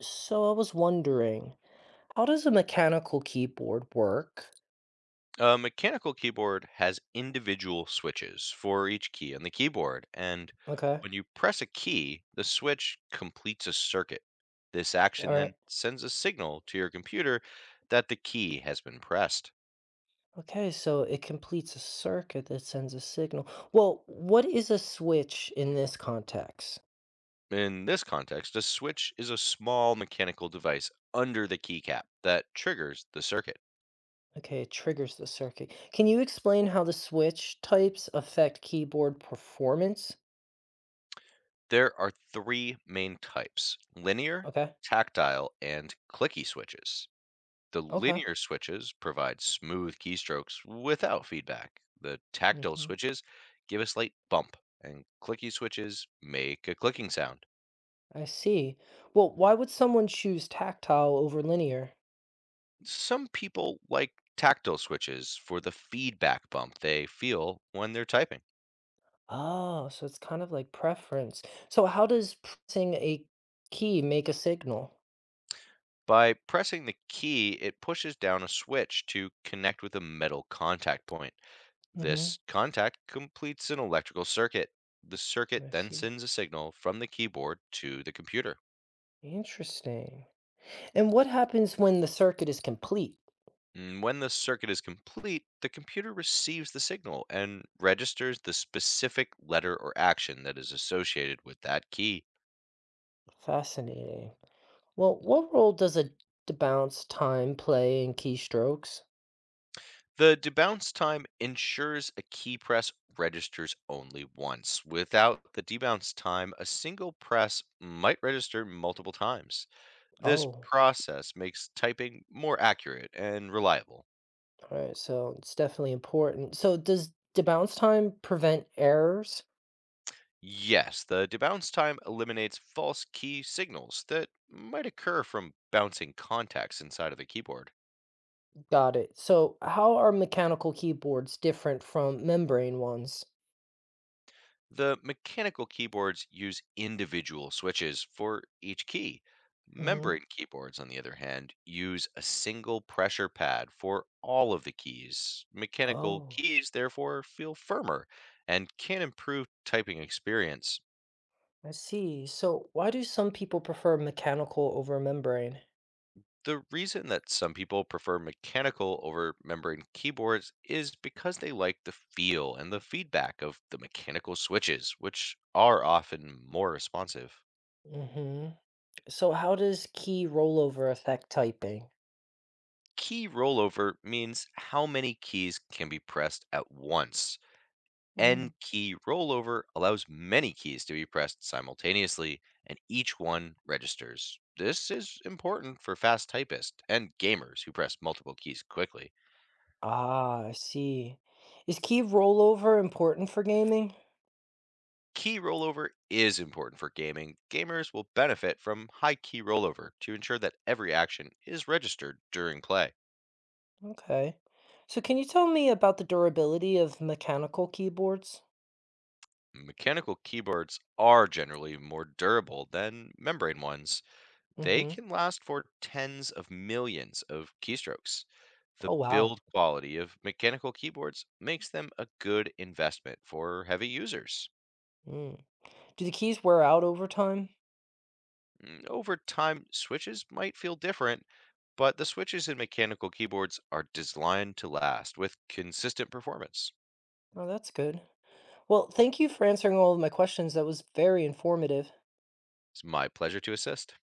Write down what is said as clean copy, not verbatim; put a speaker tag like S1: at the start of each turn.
S1: So I was wondering, how does a mechanical keyboard work?
S2: A mechanical keyboard has individual switches for each key on the keyboard, and
S1: Okay.
S2: when you press a key, the switch completes a circuit. This
S1: All
S2: action then
S1: right.
S2: sends a signal to your computer that the key has been pressed.
S1: Okay, so it completes a circuit that sends a signal. Well, what is a switch in this context?
S2: In this context, a switch is a small mechanical device under the keycap that triggers the circuit.
S1: Okay, it triggers the circuit. Can you explain how the switch types affect keyboard performance?
S2: There are three main types: linear,
S1: Okay.
S2: tactile, and clicky switches. The
S1: Okay.
S2: linear switches provide smooth keystrokes without feedback. The tactile
S1: Hmm.
S2: switches give a slight bump, and clicky switches make a clicking sound.
S1: I see. Well, why would someone choose tactile over linear?
S2: Some people like tactile switches for the feedback bump they feel when they're typing.
S1: Oh, so it's kind of like preference. So how does pressing a key make a signal?
S2: By pressing the key, it pushes down a switch to connect with a metal contact point.
S1: Hmm.
S2: This contact completes an electrical circuit. The circuit
S1: I
S2: then
S1: see.
S2: sends a signal from the keyboard to the computer.
S1: Interesting. And what happens when the circuit is complete?
S2: And When the circuit is complete, the computer receives the signal and registers the specific letter or action that is associated with that key.
S1: Fascinating. Well, what role does bounce time play in keystrokes?
S2: The debounce time ensures a key press registers only once. Without the debounce time, a single press might register multiple times. This
S1: Oh,
S2: process makes typing more accurate and reliable.
S1: all right. So it's definitely important. So does the bounce time prevent errors?
S2: Yes, the debounce time eliminates false key signals that might occur from bouncing contacts inside of the keyboard.
S1: Got it. So how are mechanical keyboards different from membrane ones?
S2: The mechanical keyboards use individual switches for each key.
S1: Hmm.
S2: Membrane keyboards, on the other hand, use a single pressure pad for all of the keys. Mechanical
S1: Oh.
S2: keys, therefore, feel firmer and can improve typing experience.
S1: I see. So why do some people prefer mechanical over membrane?
S2: The reason that some people prefer mechanical over membrane keyboards is because they like the feel and the feedback of the mechanical switches, which are often more responsive.
S1: Hmm. So how does key rollover affect typing?
S2: Key rollover means how many keys can be pressed at once. N
S1: Mm.
S2: key rollover allows many keys to be pressed simultaneously, and each one registers. This is important for fast typists and gamers who press multiple keys quickly.
S1: Ah, I see. Is key rollover important for gaming?
S2: Key rollover is important for gaming. Gamers will benefit from high key rollover to ensure that every action is registered during play.
S1: Okay. So can you tell me about the durability of mechanical keyboards?
S2: Mechanical keyboards are generally more durable than membrane ones. They
S1: Hmm.
S2: can last for tens of millions of keystrokes. The
S1: Oh, wow.
S2: build quality of mechanical keyboards makes them a good investment for heavy users.
S1: Mm. Do the keys wear out over time?
S2: Over time, switches might feel different, but the switches in mechanical keyboards are designed to last with consistent performance.
S1: Oh, that's good. Well, thank you for answering all of my questions. That was very informative.
S2: It's my pleasure to assist.